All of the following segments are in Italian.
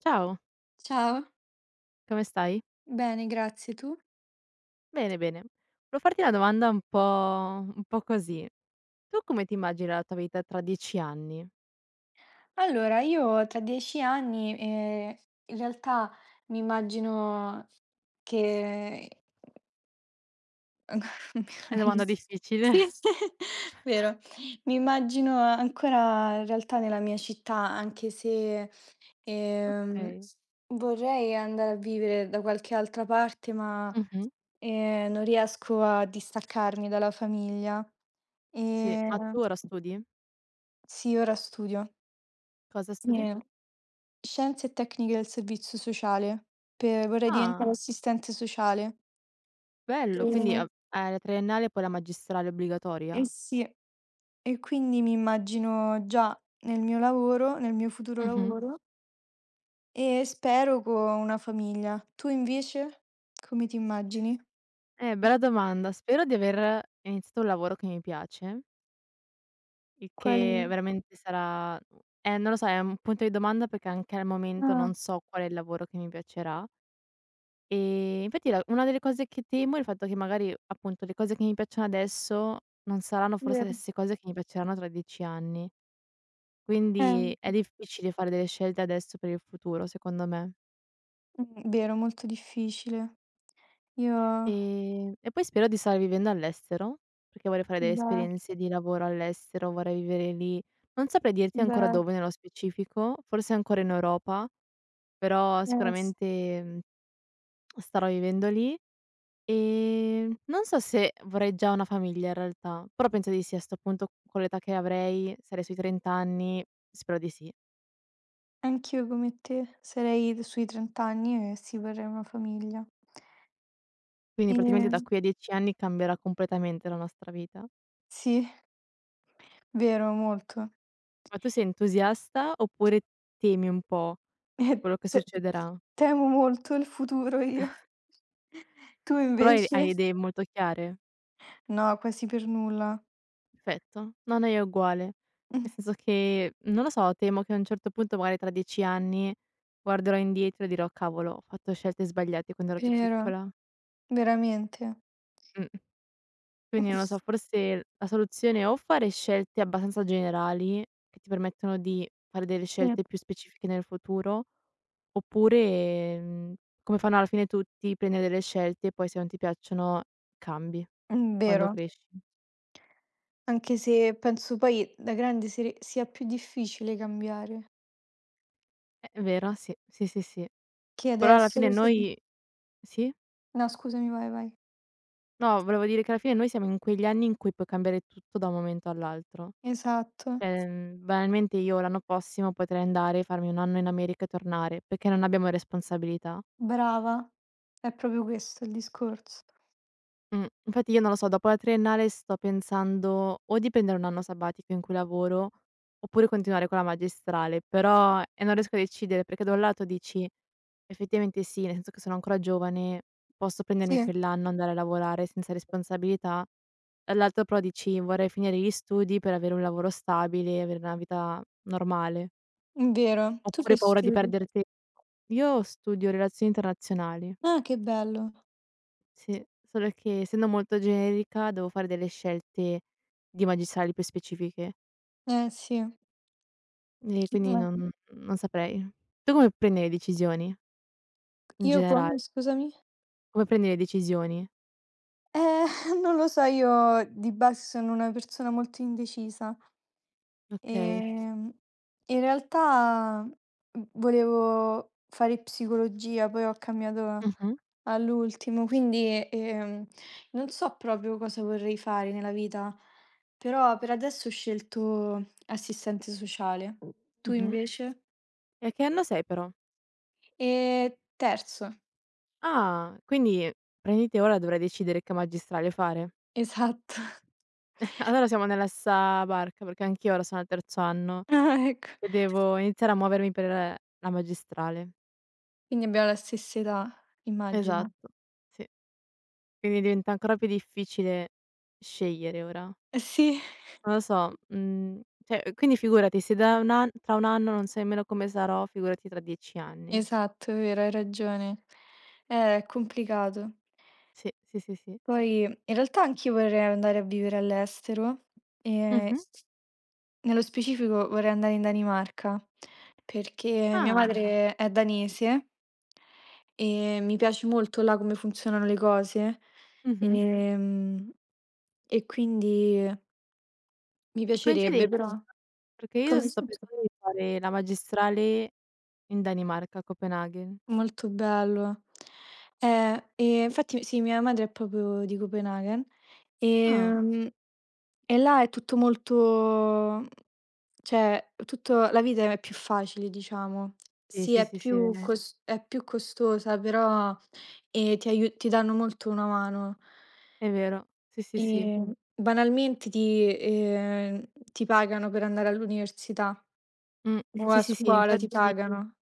Ciao, Ciao, come stai? bene, grazie. Tu? Bene, bene. Volevo farti una domanda un po' così. Tu come ti immagini la tua vita tra 10 anni? Allora, io tra 10 anni, in realtà mi immagino che È una domanda aiuto. difficile. Sì, vero. Mi immagino ancora in realtà nella mia città, anche se, ehm, Okay. vorrei andare a vivere da qualche altra parte, ma, Mh-mh. Non riesco a distaccarmi dalla famiglia. Sì. Ma Ehm, tu ora studi? sì, ora studio. Cosa studi? Sì. Scienze e tecniche del servizio sociale, per vorrei diventare Ah, assistente sociale. bello. Quindi, Ehm, hai la triennale e poi la magistrale eh obbligatoria? sì, e quindi mi immagino già nel mio futuro Mh-mh. lavoro e spero con una famiglia. Tu invece come ti immagini? Bella domanda. Spero di aver iniziato un lavoro che mi piace, il Quale che veramente sarà non lo so, è un punto di domanda perché anche al momento Ah, non so qual è il lavoro che mi piacerà. Infatti la una delle cose che temo è il fatto che magari, appunto, le cose che mi piacciono adesso non saranno forse le vero. stesse cose che mi piaceranno tra 10 anni. Quindi è eh, difficile fare delle scelte adesso per il futuro, secondo me. Vero, molto difficile. Io E poi spero di stare vivendo all'estero, perché vorrei fare delle beh, esperienze di lavoro all'estero, vorrei vivere lì. Non saprei dirti ancora beh, dove nello specifico, forse ancora in Europa, però s sicuramente, starò vivendo lì. Non so se vorrei già una famiglia in realtà, però penso di sì a 'sto punto con l'età che avrei, sarei sui 30 anni, spero di sì. Anch'io come te sarei sui 30 anni e sì, vorrei una famiglia. Quindi E praticamente da qui a 10 anni cambierà completamente la nostra vita. sì, vero, molto. Ma tu sei entusiasta oppure temi un po' E quello che te succederà? Temo molto il futuro io. Tu Però hai invece? hai idee molto chiare? No, quasi per nulla. Perfetto. No, no, io uguale. Mh, Nel senso che, non lo so, temo che a un certo punto magari tra 10 anni guarderò indietro e dirò: "Cavolo, ho fatto scelte sbagliate quando ero più vero, piccola". veramente. Mh. Quindi non lo so, Sì. forse la soluzione è o fare scelte abbastanza generali, che ti permettono di fare delle scelte più specifiche nel futuro, oppure, come fanno alla fine tutti, prendere delle scelte e poi se non ti piacciono cambi quando Vero. cresci. Anche se penso poi da grande sere sia più difficile cambiare, È vero, sì, sì, sì, sì. che Però alla adesso fine che so, noi sì? no, scusami, vai, vai. No, volevo dire che alla fine noi siamo in quegli anni in cui puoi cambiare tutto da un momento all'altro. Esatto, Banalmente io l'anno prossimo potrei andare, farmi 1 anno in America e tornare, perché non abbiamo responsabilità. brava. È proprio questo il discorso. Infatti io non lo so, dopo la triennale sto pensando o di prendere un anno sabbatico in cui lavoro, oppure continuare con la magistrale, però non riesco a decidere perché da un lato dici: "Effettivamente sì, nel senso che sono ancora giovane, posso prendermi Sì, quell'anno, andare a lavorare senza responsabilità." Dall'altro però dici: "Vorrei finire gli studi per avere un lavoro stabile, avere una vita normale." vero. Tu Oppure che paura di studi? perdere tempo. Io studio relazioni internazionali. Ah, che bello. Sì, solo che essendo molto generica devo fare delle scelte di magistrali più specifiche Sì. e quindi non saprei. Tu come prendi le decisioni in Io generale? come scusami? Come prendi le decisioni? Eh, non lo so, io di base sono una persona molto indecisa, Okay. ehm, in realtà, volevo fare psicologia, poi ho cambiato Mh-mh, all'ultimo, quindi, non so proprio cosa vorrei fare nella vita, però per adesso ho scelto assistente sociale. Tu mh-mh. invece? E a che anno sei però? Terzo, Ah, quindi praticamente ora dovrai decidere che magistrale fare. esatto. Allora siamo nella stessa barca perché anch'io ora sono al terzo anno Ah, ecco. e devo iniziare a muovermi per la magistrale. Quindi abbiamo la stessa età, immagino. Esatto, sì. Quindi diventa ancora più difficile scegliere ora. Eh sì, Non lo so, cioè quindi figurati se da un an tra 1 anno non sai nemmeno come sarò, figurati tra 10 anni. esatto, è vero, hai ragione. È complicato. Sì, sì, sì, sì. Poi in realtà anch'io vorrei andare a vivere all'estero e Mh-mh. nello specifico vorrei andare in Danimarca, perché mia Ah, madre è danese e mi piace molto là come funzionano le cose. mh-mh. Ehm, e quindi mi Che coincidenza, piacerebbe, però perché io come sto pensando di fare la magistrale in Danimarca, a Copenaghen. molto bello. E infatti sì, mia madre è proprio di Copenaghen, Ah. ehm, e là è tutto molto cioè tutto la vita è più facile, diciamo. Sì, Sì, sì, è sì, sì, è più, okay, vero. cos è più costosa, però, ti danno molto una mano. È vero. Sì, sì, sì. Banalmente ti pagano per andare all'università Mh. o a Sì, sì, sì, scuola che ti bello, infatti pagano.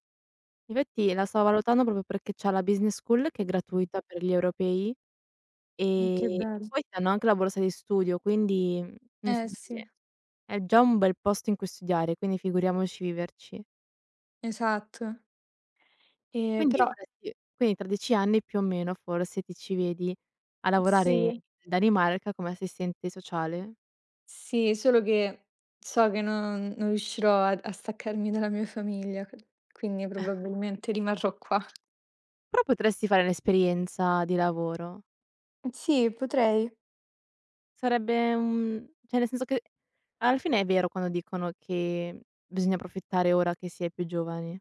la sto valutando proprio perché c'ha la business school che è gratuita per gli europei. Ma che E bello. poi ti danno anche la borsa di studio, quindi, nel Eh senso sì, che è già un bel posto in cui studiare, quindi figuriamoci viverci. esatto. Quindi Però vorresti quindi tra 10 anni più o meno forse ti ci vedi a lavorare sì, in Danimarca come assistente sociale. sì, solo che so che non riuscirò a staccarmi dalla mia famiglia, q quindi probabilmente rimarrò qua. Però potresti fare un'esperienza di lavoro. Sì, potrei. Sarebbe un cioè nel senso che alla fine è vero quando dicono che bisogna approfittare ora che si è più giovani,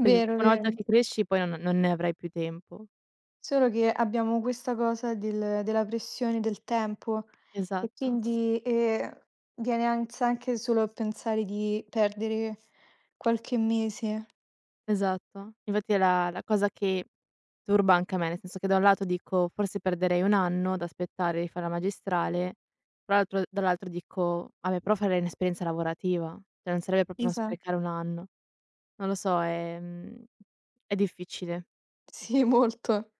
perché Vero, una volta vero. che cresci poi non ne avrai più tempo. Solo che abbiamo questa cosa della pressione del tempo e Esatto. quindi, viene ansia anche solo a pensare di perdere qualche mese. Esatto. Infatti è la cosa che turba anche a me, nel senso che da un lato dico: "Forse perderei 1 anno ad aspettare di fare la magistrale", però l'altro dall'altro dico: "Vabbè, però farei un'esperienza lavorativa, cioè non sarebbe proprio uno Esatto. sprecare 1 anno". Non lo so, è difficile. Sì, molto.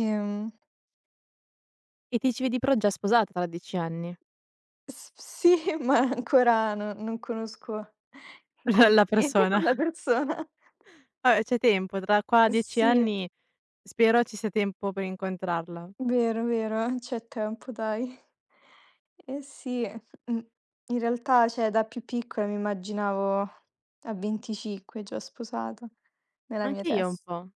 Ehm E ti ci vedi però già sposata tra 10 anni, S Sì, ma ancora no non conosco la con la persona. la persona. Vabbè, c'è tempo, tra qua a 10 Sì, anni spero ci sia tempo per incontrarla. vero, vero, c'è tempo dai. Eh sì, mh, in realtà, cioè, da più piccola mi immaginavo a 25 già sposata, nella mia Anche io un testa. po'.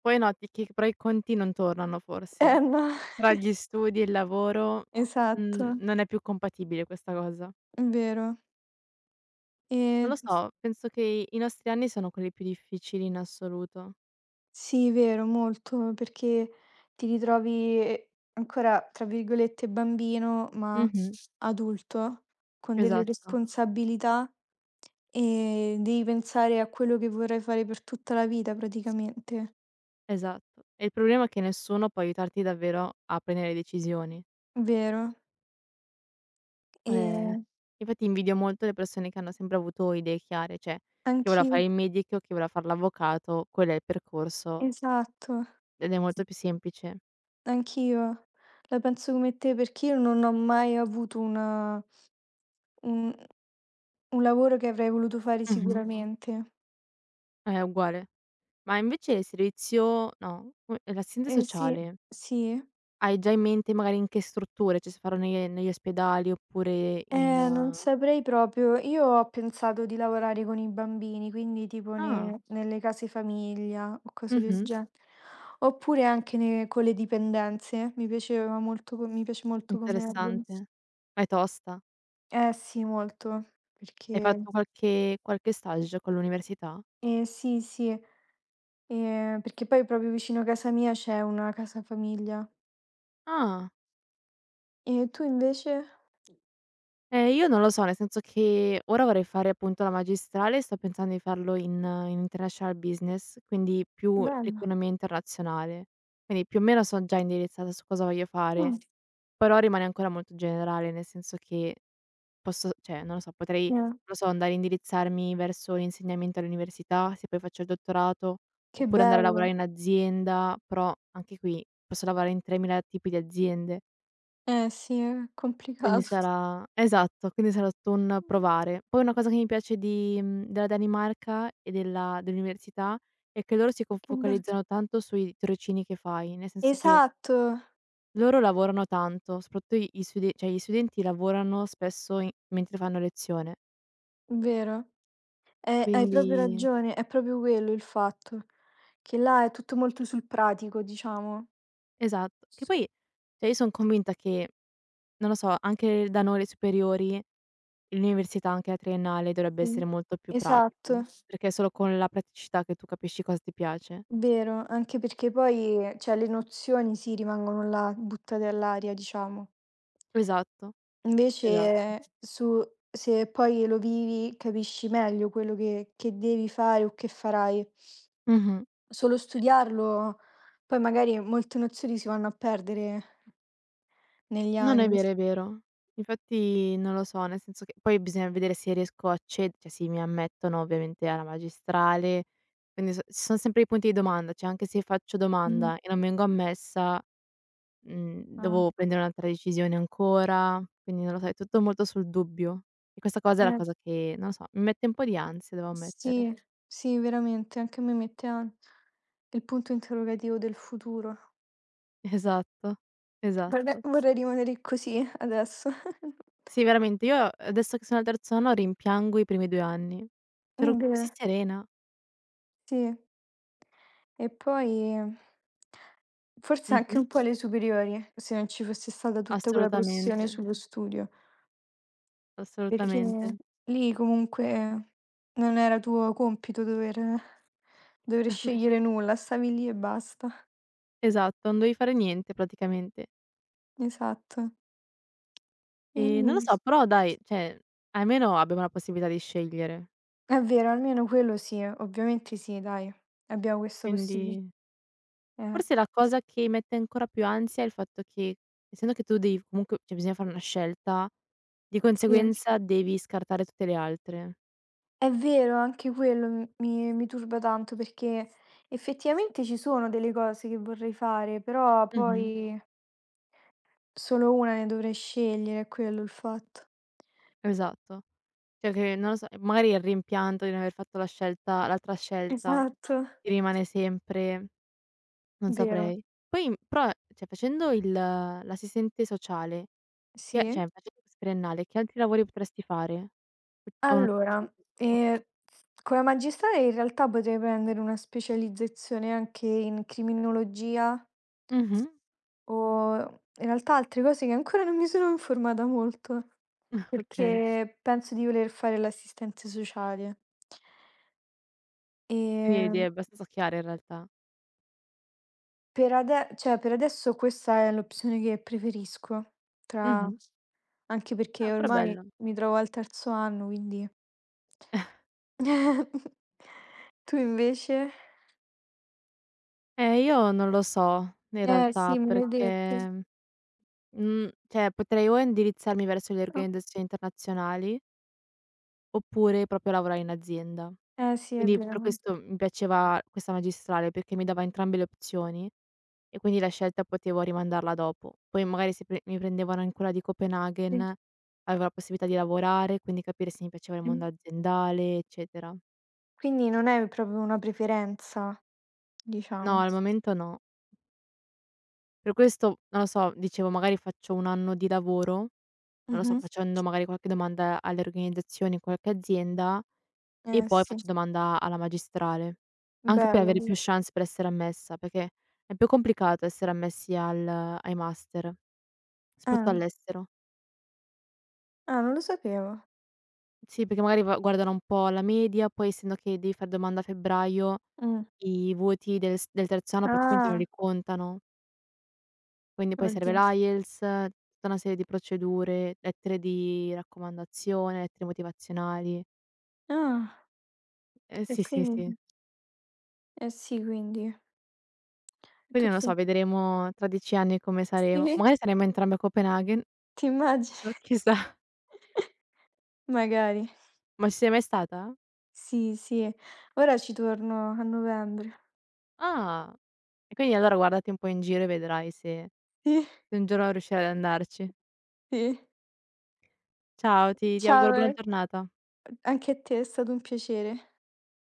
Poi noti che pro e conti non tornano Eh forse. no, Tra gli studi e il lavoro, esatto, non è più compatibile questa cosa. vero. Non E lo so, penso che i nostri anni sono quelli più difficili in assoluto. sì, vero, molto, perché ti ritrovi, ancora, tra virgolette, "bambino", ma Mh-mh, adulto, con delle esatto, responsabilità e devi pensare a quello che vorrai fare per tutta la vita praticamente. esatto. E il problema è che nessuno può aiutarti davvero a prendere decisioni. Vero. Ehm, Ehm, Infatti invidio molto le persone che hanno sempre avuto idee chiare, cioè chi voleva anch'i fare il medico, chi voleva far l'avvocato, quello è il percorso Esatto, ed è molto più semplice. anch'io la penso come te perché io non ho mai avuto una un un lavoro che avrei voluto fare Mh-mh, sicuramente. è uguale. Ma invece il servizio no, come l'assistente Eh sì, sociale. sì. Hai già in mente magari in che strutture? Cioè se farlo ne negli ospedali oppure in Non saprei proprio. Io ho pensato di lavorare con i bambini, quindi tipo ah, nelle case famiglia o cose del mh-mh, genere. Oppure anche con le dipendenze. Mi piace molto come argom- interessante. Ma è tosta? Eh sì, molto. Hai Perché... fatto qualche stage con l'università? Eh sì, sì. Perché poi proprio vicino a casa mia c'è una casa famiglia. Ah, E tu invece? Io non lo so, nel senso che ora vorrei fare appunto la magistrale, sto pensando di farlo in International Business, quindi più Bella. l'economia internazionale. Quindi più o meno son già indirizzata su cosa voglio fare, Mm, però rimane ancora molto generale, nel senso che posso, cioè non lo so, potrei, non eh, lo so, andare a indirizzarmi verso l'insegnamento all'università, se poi faccio il dottorato, che oppure andare a bello. lavorare in azienda, però anche qui posso lavorare in 3.000 tipi di aziende, Eh sì, è quindi complicato. sarà esatto, quindi sarà tutto un provare. Poi una cosa che mi piace della Danimarca e della dell'università è che loro si co Che bello. focalizzano tanto sui tirocini che fai, nel senso che Esatto, loro lavorano tanto, soprattutto i gli studen cioè gli studenti lavorano spesso in mentre fanno lezione, vero. Hai proprio quindi. ragione, è proprio quello il fatto, che là è tutto molto sul pratico, diciamo. Esatto. Che S- poi cioè io son convinta che, non lo so, anche da noi alle superiori, l'università anche la triennale dovrebbe Sì. essere molto più Esatto, pratico, perché è solo con la praticità che tu capisci cosa ti piace. vero, anche perché poi, cioè, le nozioni sì, rimangono là, buttate all'aria, diciamo. Esatto, esatto. Invece su se poi lo vivi, capisci meglio quello che devi fare o che farai. Mh-mh. Solo studiarlo, poi magari molte nozioni si vanno a perdere negli No, no, è anni. vero, è vero. Infatti non lo so, nel senso che poi bisogna vedere se riesco a ced cioè se mi ammettono ovviamente alla magistrale, quindi so ci son sempre i punti di domanda, cioè anche se faccio Mh, domanda e non vengo ammessa ah, dovevo prendere un'altra decisione ancora, quindi non lo so, è tutto molto sul dubbio. E questa cosa è la eh. cosa che, non lo so, mi mette un po' di ansia devo ammettere. Sì, sì, veramente, anche a me mette an il punto interrogativo del futuro. Esatto, esatto. Vorrei rimanere così adesso. Sì veramente, io adesso che sono al terzo anno rimpiango i primi 2 anni. C'ero così Vero, serena. sì. E poi forse anche Mh-mh. un po' alle superiori, se non ci fosse stata tutta quella pressione Assolutamente, sullo studio, perché assolutamente. lì comunque non era tuo compito dover scegliere nulla, stavi lì e basta. Esatto, non dovevi fare niente praticamente. Esatto. E ni Non lo so, però dai, cioè almeno abbiamo la possibilità di scegliere. È vero, almeno quello sì, ovviamente sì, dai, abbiamo questa possibili Quindi eh, forse la cosa che mette ancora più ansia è il fatto che, essendo che tu devi comunque cioè bisogna fare una scelta, di sì. conseguenza devi scartare tutte le altre. È vero, anche quello m mi mi turba tanto perché effettivamente ci sono delle cose che vorrei fare, però Mh-mh. poi solo una ne dovrei scegliere, è quello il fatto. Esatto. Cioè che non lo so, magari il rimpianto di non aver fatto la scelta l'altra scelta Esatto, ti rimane sempre, non vero, saprei. Poi però, cioè facendo il l'assistente sociale, che sì. cioè facendo questo triennale, che altri lavori potresti fare? O non Allora, okay. ehm, con la magistrale in realtà potrei prendere una specializzazione anche in criminologia Mh-mh. o in realtà altre cose che ancora non mi sono informata molto, Okay. perché penso di voler fare l'assistente sociale. Quindi hai idee Ehm, abbastanza chiare in realtà. per ade cioè per adesso questa è l'opzione che preferisco tra Mh-mh. anche perché No, però ormai bello. mi trovo al terzo anno, quindi Tu invece? Io non lo so in Eh realtà sì, me l'hai perché, detto. mhmm, cioè potrei o indirizzarmi verso le Oh, organizzazioni internazionali, oppure proprio lavorare in azienda. eh sì, è Quindi vero. per questo mi piaceva questa magistrale, perché mi dava entrambe le opzioni e quindi la scelta potevo rimandarla dopo. Poi magari se pre mi prendevano in quella di Copenaghen, Sì. avevo la possibilità di lavorare, quindi capire se mi piaceva il Mh. mondo aziendale, eccetera. Quindi non è proprio una preferenza, No, diciamo. al momento no. Per questo, non lo so, dicevo magari faccio 1 anno di lavoro, non lo so, Mh-mh. facendo magari qualche domanda alle organizzazioni in qualche azienda e Eh poi sì, faccio domanda alla magistrale. Anche per bello. avere Sì. più chance per essere ammessa, perché è più complicato essere ammessi al ai master, soprattutto Ah. all'estero. Ah, non lo sapevo. Sì, perché magari va guardano un po' la media, poi essendo che devi far domanda a febbraio, Mh. i voti del terzo anno praticamente non Ah, li contano. Quindi poi serve oddio. l'IELTS, tutta una serie di procedure, lettere di raccomandazione, lettere motivazionali. Ah, e Sì, sì, sì. quindi eh sì, quindi è Quindi non lo tutto, so, vedremo tra 10 anni come saremo. sì, Magari saremo entrambe a Copenaghen, ti immagini? non chissà. Magari. Ma ci sei mai stata? Sì, sì. Ora ci torno a novembre. Ah, e quindi allora guardati un po' in giro e vedrai se Sì, un giorno riuscirai ad andarci. sì. Ciao, ti auguro Ciao, buona giornata. anche a te, è stato un piacere.